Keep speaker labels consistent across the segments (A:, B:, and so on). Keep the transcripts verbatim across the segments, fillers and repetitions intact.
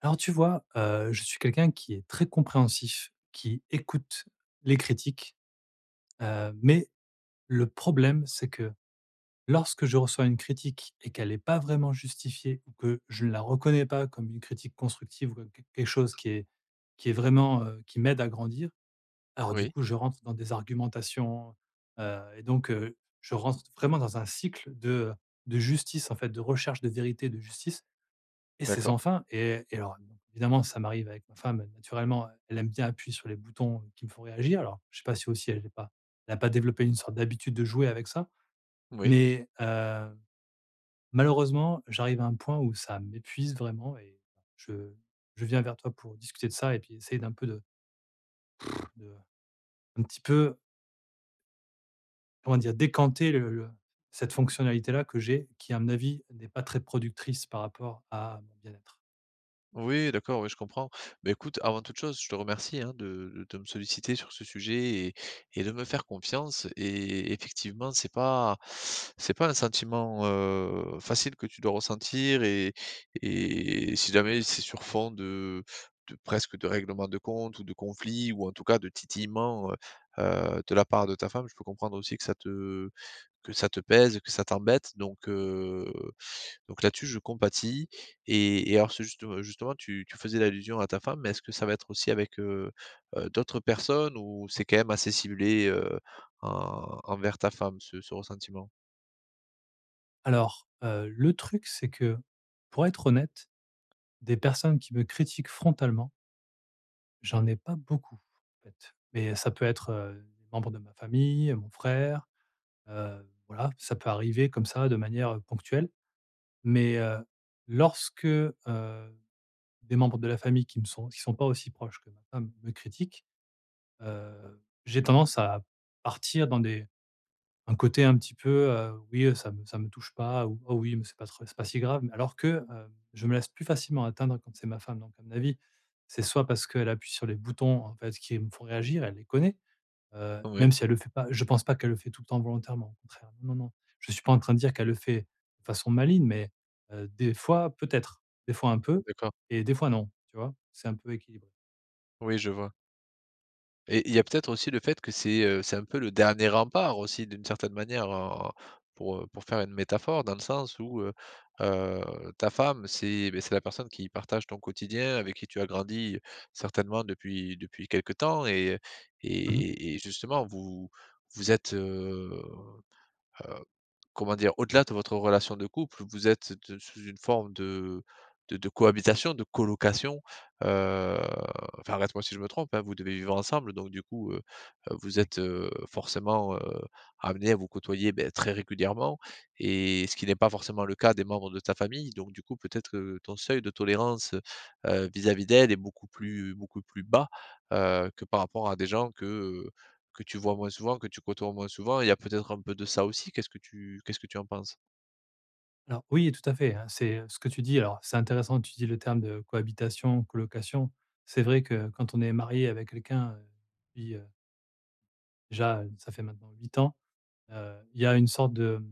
A: Alors tu vois, heu, je suis quelqu'un qui est très compréhensif, qui écoute les critiques, heu, mais le problème, c'est que lorsque je reçois une critique et qu'elle n'est pas vraiment justifiée, ou que je ne la reconnais pas comme une critique constructive ou comme qu quelque chose qui est qui est vraiment, heu, qui m'aide à grandir. Alors du
B: Oui,
A: coup, je rentre dans des argumentations, heu et donc heu, je rentre vraiment dans un cycle de, de justice, en fait, de recherche de vérité, de justice, et c'est sans
B: d'accord.
A: fin. Et et alors donc, évidemment, ça m'arrive avec ma femme. Naturellement, elle aime bien appuyer sur les boutons qui me font réagir. Alors, je sais pas si aussi elle n'a pas elle a pas développé une sorte d'habitude de jouer avec ça,
B: Oui.
A: mais heu, malheureusement, j'arrive à un point où ça m'épuise vraiment, et je je viens vers toi pour discuter de ça et puis essayer d'un peu de, de un petit peu, comment dire? Décanter le le cette fonctionnalité-là que j'ai, qui à mon avis n'est pas très productrice par rapport à mon bien-être.
B: Oui, d'accord, oui, je comprends. Bah, écoute, avant toute chose, je te remercie hein, de, de, de me solliciter sur ce sujet et, et de me faire confiance. Et effectivement, c'est pas c'est pas un sentiment euh, facile que tu dois ressentir. Et, et si jamais c'est sur fond de, de presque de règlement de compte ou de conflit ou en tout cas de titillement euh, euh, de la part de ta femme, je peux comprendre aussi que ça te que ça te pèse, que ça t'embête. Donc euh, donc là-dessus, je compatis et et alors c'est juste justement tu tu faisais l'allusion à ta femme, mais est-ce que ça va être aussi avec, heu heu, d'autres personnes ou c'est quand même assez ciblé, heu, en envers ta femme ce ce ressentiment?
A: Alors, heu, le truc, c'est que, pour être honnête, des personnes qui me critiquent frontalement, j'en ai pas beaucoup, en fait. Mais ça peut être, heu, des membres de ma famille, mon frère, heu, voilà, ça peut arriver comme ça de manière, heu, ponctuelle. Mais, heu, lorsque, heu, des membres de la famille qui ne sont qui sont pas aussi proches que ma femme me critiquent, heu, j'ai tendance à partir dans des un côté un petit peu, heu: «Oui, ça me ça me touche pas», ou: «Oh oui, mais c'est pas trop, c'est pas si grave». Mais alors que, heu, je me laisse plus facilement atteindre quand c'est ma femme, donc à mon avis, c'est soit parce qu'elle appuie sur les boutons, en fait, qui me font réagir. Elle les connaît, heu,
B: Oui,
A: même si elle le fait pas, je pense pas qu'elle le fait tout le temps volontairement, au contraire. Non, non, non. Je suis pas en train de dire qu'elle le fait de façon maligne, mais, heu, des fois peut-être, des fois un peu,
B: d'accord.
A: et des fois non, tu vois? C'est un peu équilibré.
B: Oui, je vois. Et il y a peut-être aussi le fait que c'est, heu, c'est un peu le dernier rempart aussi d'une certaine manière, en pour, heu, pour faire une métaphore dans le sens où, heu heu, ta femme, c'est, beh, c'est la personne qui partage ton quotidien, avec qui tu as grandi certainement depuis depuis quelque temps et
A: Mmh mh,
B: et et justement vous vous êtes, heu comment dire? Au-delà de votre relation de couple, vous êtes de sous une forme de de de cohabitation, de colocation, heu, enfin, arrête-moi si je me trompe, hein, vous devez vivre ensemble donc du coup, heu, heu, vous
A: oui.
B: êtes, heu, forcément, heu, amenés à vous côtoyer, beh, très régulièrement et ce qui n'est pas forcément le cas des membres de ta famille donc du coup, peut-être que ton seuil de tolérance, heu, vis-à-vis d'elle est beaucoup plus beaucoup plus bas, heu, que par rapport à des gens que, que tu vois moins souvent, que tu côtoies moins souvent, il y a peut-être un peu de ça aussi? Qu'est-ce que tu qu'est-ce que tu en penses?
A: Alors oui, tout à fait, hein, c'est, heu, ce que tu dis, alors c'est intéressant, tu dis le terme de cohabitation, colocation. C'est vrai que quand on est marié avec quelqu'un, heu, puis, heu, déjà, heu, ça fait maintenant huit ans, heu, il y a une sorte de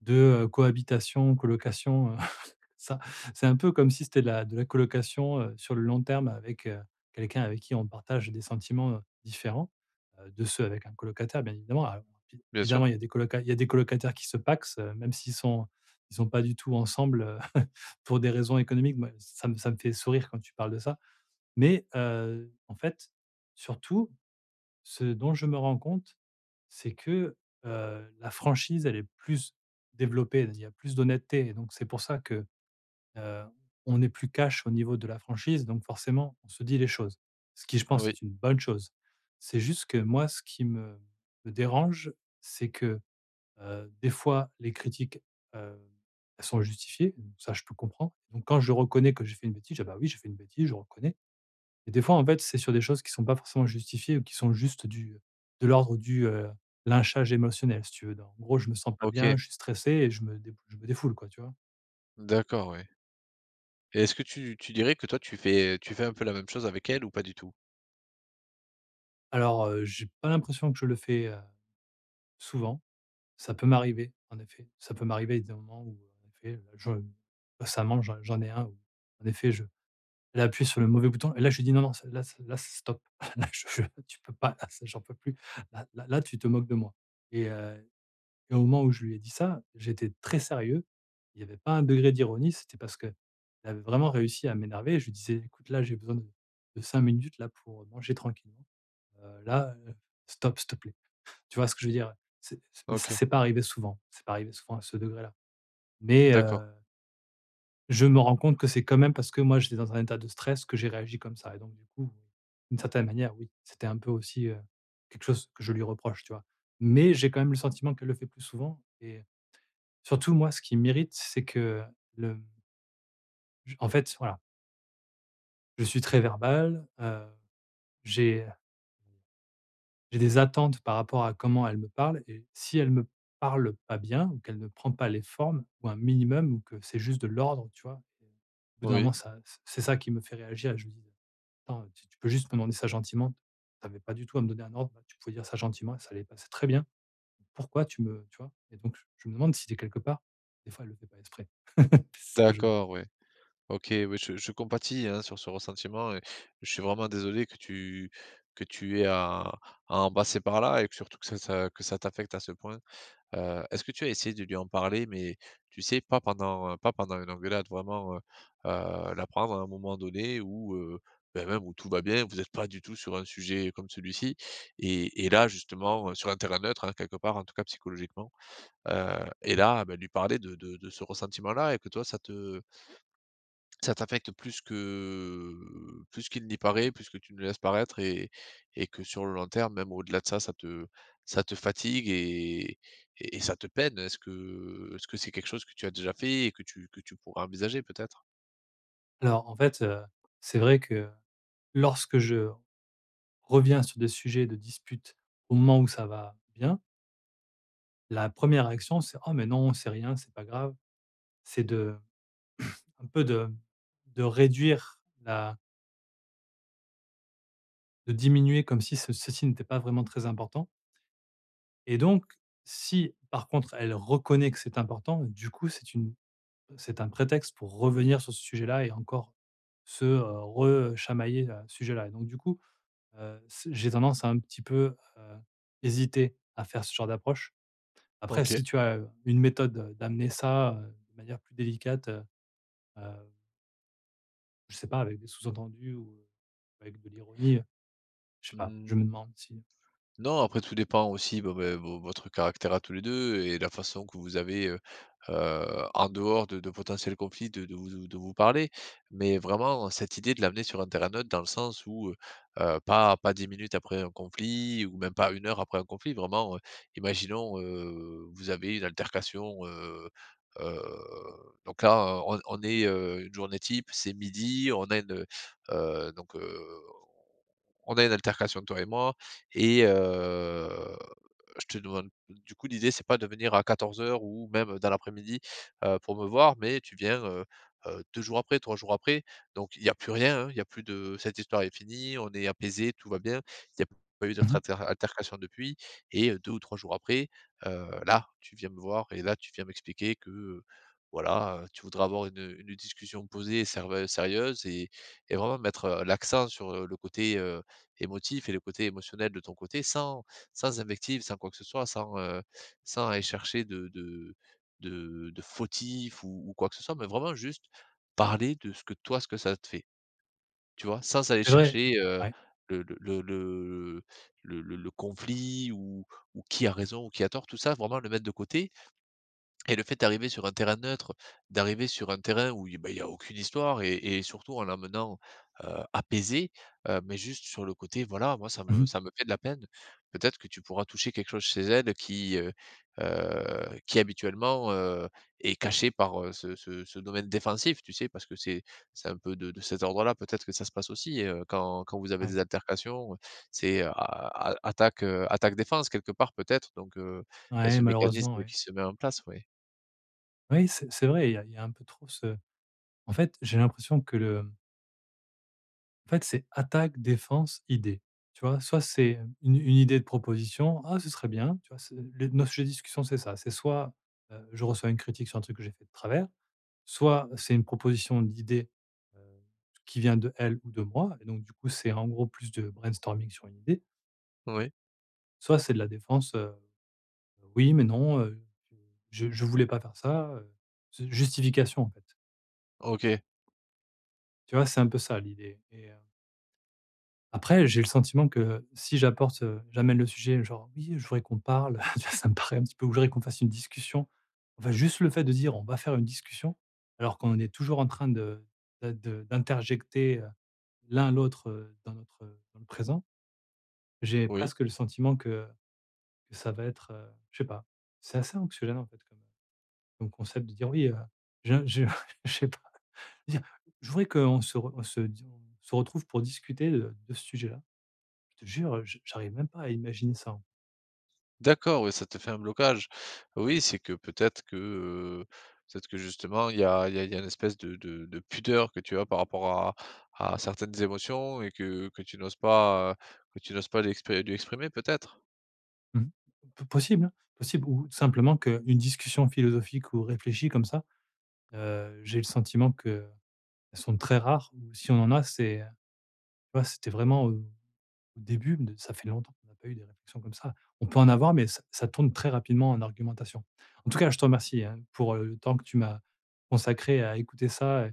A: de, heu, cohabitation, colocation. Heu ça, c'est un peu comme si c'était de la de la colocation, heu, sur le long terme avec, heu, quelqu'un avec qui on partage des sentiments, heu, différents, heu, de ceux avec un colocataire, bien évidemment. Alors, bien
B: Bien
A: évidemment,
B: sûr,
A: il y a des coloca il y a des colocataires qui se pacsent, heu, même s'ils sont ils sont pas du tout ensemble, heu, pour des raisons économiques. Moi, ça me ça me fait sourire quand tu parles de ça. Mais, heu, en fait, surtout, ce dont je me rends compte, c'est que, heu, la franchise, elle est plus développée, il y a plus d'honnêteté, et donc c'est pour ça que Heu, on n'est plus cash au niveau de la franchise. Donc forcément, on se dit les choses. Ce qui, je pense,
B: oui.
A: est une bonne chose. C'est juste que moi, ce qui me me dérange, c'est que, heu, des fois, les critiques, heu, elles sont justifiées, ça, je peux comprendre. Donc quand je reconnais que j'ai fait une bêtise, je dis, ah bah oui, j'ai fait une bêtise, je reconnais. Et des fois, en fait, c'est sur des choses qui sont pas forcément justifiées, ou qui sont juste du de l'ordre du, heu, lynchage émotionnel, si tu veux. En gros, je me sens pas bien,
B: OK,
A: je suis stressé et je me dé je me défoule, quoi, tu vois?
B: d'accord, oui. Et est-ce que tu tu dirais que toi, tu fais tu fais un peu la même chose avec elle ou pas du tout?
A: Alors, heu, j'ai pas l'impression que je le fais, heu, souvent. Ça peut m'arriver, en effet. Ça peut m'arriver des moments où, en effet, là, je récemment, j'en j'en ai un où, en effet, je elle a appuyé sur le mauvais bouton, et là, je lui dis: «Non, non, c'est là, c'est là, stop. Là, je je tu peux pas, là, c'est j'en peux plus. Là là là, tu te moques de moi». et heu et au moment où je lui ai dit ça, j'étais très sérieux. Il y avait pas un degré d'ironie, c'était parce qu'elle avait vraiment réussi à m'énerver. Je lui disais: «Écoute, là, j'ai besoin de de 5 minutes, là, pour manger tranquillement. Heu, là, heu, stop, s'il te plaît». Tu vois ce que je veux dire? C'est Mais ça,
B: OK,
A: c'est pas arrivé souvent, c'est pas arrivé souvent à ce degré-là. Mais
B: d'accord,
A: heu, je me rends compte que c'est quand même parce que moi, j'étais dans un état de stress que j'ai réagi comme ça. Et donc du coup, d'une certaine manière, oui, c'était un peu aussi, heu, quelque chose que je lui reproche, tu vois? Mais j'ai quand même le sentiment qu'elle le fait plus souvent. Et surtout moi, ce qui m'irrite, c'est que le en fait, voilà, je suis très verbal, heu, j'ai j'ai des attentes par rapport à comment elle me parle. Et si elle me parle pas bien, ou qu'elle ne prend pas les formes ou un minimum, ou que c'est juste de l'ordre, tu vois? Au bout d'un moment,
B: oui,
A: ça c'est ça qui me fait réagir, et je me dis: «Attends, tu tu peux juste me demander ça gentiment. Tu avais pas du tout à me donner un ordre, là, tu pouvais dire ça gentiment et ça allait passer très bien. Pourquoi tu me», tu vois? Et donc je je me demande si, de quelque part, des fois, elle le fait pas exprès. C'est ce que je
B: d'accord, oui. OK, oui, je je compatis, hein, sur ce ressentiment et je suis vraiment désolé que tu que tu aies à à en passer par là et que surtout que ça ça que ça t'affecte à ce point. Heu, est-ce que tu as essayé de lui en parler? Mais tu sais, pas pendant, pas pendant une engueulade, vraiment, heu heu, la prendre à un moment donné où, heu, bah, même où tout va bien, vous êtes pas du tout sur un sujet comme celui-ci et et là justement, heu, sur un terrain neutre, hein, quelque part, en tout cas psychologiquement, heu et là, bah, lui parler de de de ce ressentiment-là et que toi ça te ça t'affecte plus que plus qu'il n'y paraît, plus que tu ne laisses paraître et et que sur le long terme, même au-delà de ça, ça te ça te fatigue et et et ça te peine. Est-ce que est-ce que c'est quelque chose que tu as déjà fait et que tu que tu pourrais envisager peut-être?
A: alors en fait, heu, c'est vrai que lorsque je reviens sur des sujets de dispute au moment où ça va bien, la première réaction, c'est: «Oh mais non, c'est rien, c'est pas grave». C'est de Un peu de de réduire la de diminuer, comme si ce, ceci n'était pas vraiment très important. Et donc si, par contre, elle reconnaît que c'est important, du coup, c'est une c'est un prétexte pour revenir sur ce sujet-là et encore se, heu, re à ce sujet-là. Et donc du coup, heu, c j'ai tendance à un petit peu, heu, hésiter à faire ce genre d'approche. Après
B: OK.
A: si tu as, une méthode, euh, d'amener ça, heu, de manière plus délicate. heu Je sais pas, avec des sous-entendus ou avec de l'ironie, je sais pas, je me
B: Mmh,
A: demande si...
B: non, après tout dépend aussi, bah, beh, vo votre caractère à tous les deux et la façon que vous avez, heu heu, en dehors de de potentiels conflits de de vous de vous parler. Mais vraiment, cette idée de l'amener sur un terrain neutre dans le sens où, heu heu, pas pas dix minutes après un conflit ou même pas une heure après un conflit. Vraiment, heu, imaginons, heu, vous avez une altercation, heu heu, donc là, on on est, heu, une journée type, c'est midi. On a une, heu donc heu, on a une altercation toi et moi. Et heu, je te demande du coup, l'idée, c'est pas de venir à quatorze heures ou même dans l'après-midi, heu, pour me voir, mais tu viens, heu heu, deux jours après, trois jours après. Donc il y a plus rien, hein, il y a plus de cette histoire est finie, on est apaisé tout va bien. Il n'y a pas eu
A: Mmh
B: d'autres
A: mh.
B: alter altercations depuis et heu, deux ou trois jours après, heu, là, tu viens me voir et là, tu viens m'expliquer que, heu, voilà, heu, tu voudrais avoir une, une discussion posée et serve sérieuse et et vraiment mettre, heu, l'accent sur, heu, le côté, émotif et le côté émotionnel de ton côté sans sans invective, sans quoi que ce soit, sans, heu, sans aller chercher de de de de fautif ou ou quoi que ce soit, mais vraiment juste parler de ce que toi, ce que ça te fait, tu vois? Sans aller
A: C'est vrai.
B: chercher, heu,
A: Ouais.
B: le le le le le le le conflit ou ou qui a raison ou qui a tort, tout ça, vraiment le mettre de côté et le fait d'arriver sur un terrain neutre, d'arriver sur un terrain où il y bah, a aucune histoire et et surtout en l'amenant, heu, apaisé, heu, mais juste sur le côté, voilà, moi ça
A: Mmh
B: me
A: mh.
B: ça me fait de la peine. Peut-être que tu pourras toucher quelque chose chez elle qui, heu heu, qui habituellement, heu, est caché par, heu, ce ce ce domaine défensif, tu sais? Parce que c'est c'est un peu de de cet ordre-là, peut-être que ça se passe aussi, heu, quand quand vous avez
A: Ouais.
B: des altercations, c'est, heu, a a attaque, heu, attaque défense quelque part peut-être donc heu, il y a
A: Ouais,
B: ce
A: malheureusement,
B: mécanisme
A: ouais.
B: qui se met en place, oui.
A: Oui, c'est c'est vrai, il y a il y a un peu trop ce en fait, j'ai l'impression que le en fait, c'est attaque, défense, idée. Tu vois? Soit c'est une une idée de proposition: «Ah, ce serait bien», tu vois? C'est le nos sujets de discussion, c'est ça. C'est soit, heu, je reçois une critique sur un truc que j'ai fait de travers. Soit c'est une proposition d'idée, heu, qui vient de elle ou de moi, et donc du coup, c'est en gros plus de brainstorming sur une idée.
B: Oui,
A: Soit c'est de la défense, heu: «Oui, mais non, heu, je je voulais pas faire ça», heu, c'est justification, en fait.
B: OK,
A: Tu vois? C'est un peu ça l'idée. Et euh, après, j'ai le sentiment que si j'apporte, heu, j'amène le sujet genre: «Oui, je voudrais qu'on parle», tu vois? Ça me paraît un petit peu, ou je voudrais qu'on fasse une discussion. Enfin, juste le fait de dire: «On va faire une discussion», alors qu'on est toujours en train de d'a de d'interjecter, heu, l'un l'autre, heu, dans notre, heu, dans le présent. J'ai
B: oui.
A: presque le sentiment que que ça va être, heu, je sais pas, c'est assez anxiogène en fait, comme euh, comme concept, de dire: «Oui, heu, je je», je sais pas, dire: «Je voudrais qu'on se re on se on se retrouve pour discuter de de ce sujet-là». Te jure, je j'arrive même pas à imaginer ça.
B: D'accord, oui, ça te fait un blocage. Oui, c'est que peut-être que, heu, peut-être que justement il y a il y a il y a une espèce de de de pudeur que tu as par rapport à à certaines émotions et que que tu n'oses pas, heu, que tu n'oses pas l'expré lui exprimer peut-être?
A: Mmh. P possible, hein, possible, ou tout simplement qu'une discussion philosophique ou réfléchie comme ça, heu, j'ai le sentiment qu'elles sont très rares, ou si on en a, c'est, euh, tu vois, c'était vraiment au au début de Ça fait longtemps qu'on n'a pas eu des réflexions comme ça. On peut en avoir, mais ça ça tourne très rapidement en argumentation. En tout cas, je te remercie, hein, pour, heu, le temps que tu m'as consacré à écouter ça et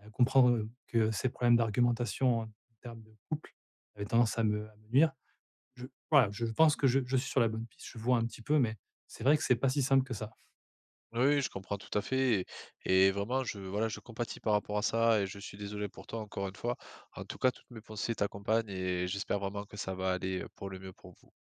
A: à comprendre, que ces problèmes d'argumentation en termes de couple avaient tendance à me à me nuire. Je voilà, je pense que je je suis sur la bonne piste. Je vois un petit peu, mais c'est vrai que c'est pas si simple que ça.
B: Oui, oui, je comprends tout à fait et et vraiment je voilà, je compatis par rapport à ça et je suis désolé pour toi encore une fois. En tout cas, toutes mes pensées t'accompagnent et j'espère vraiment que ça va aller, pour le mieux pour vous.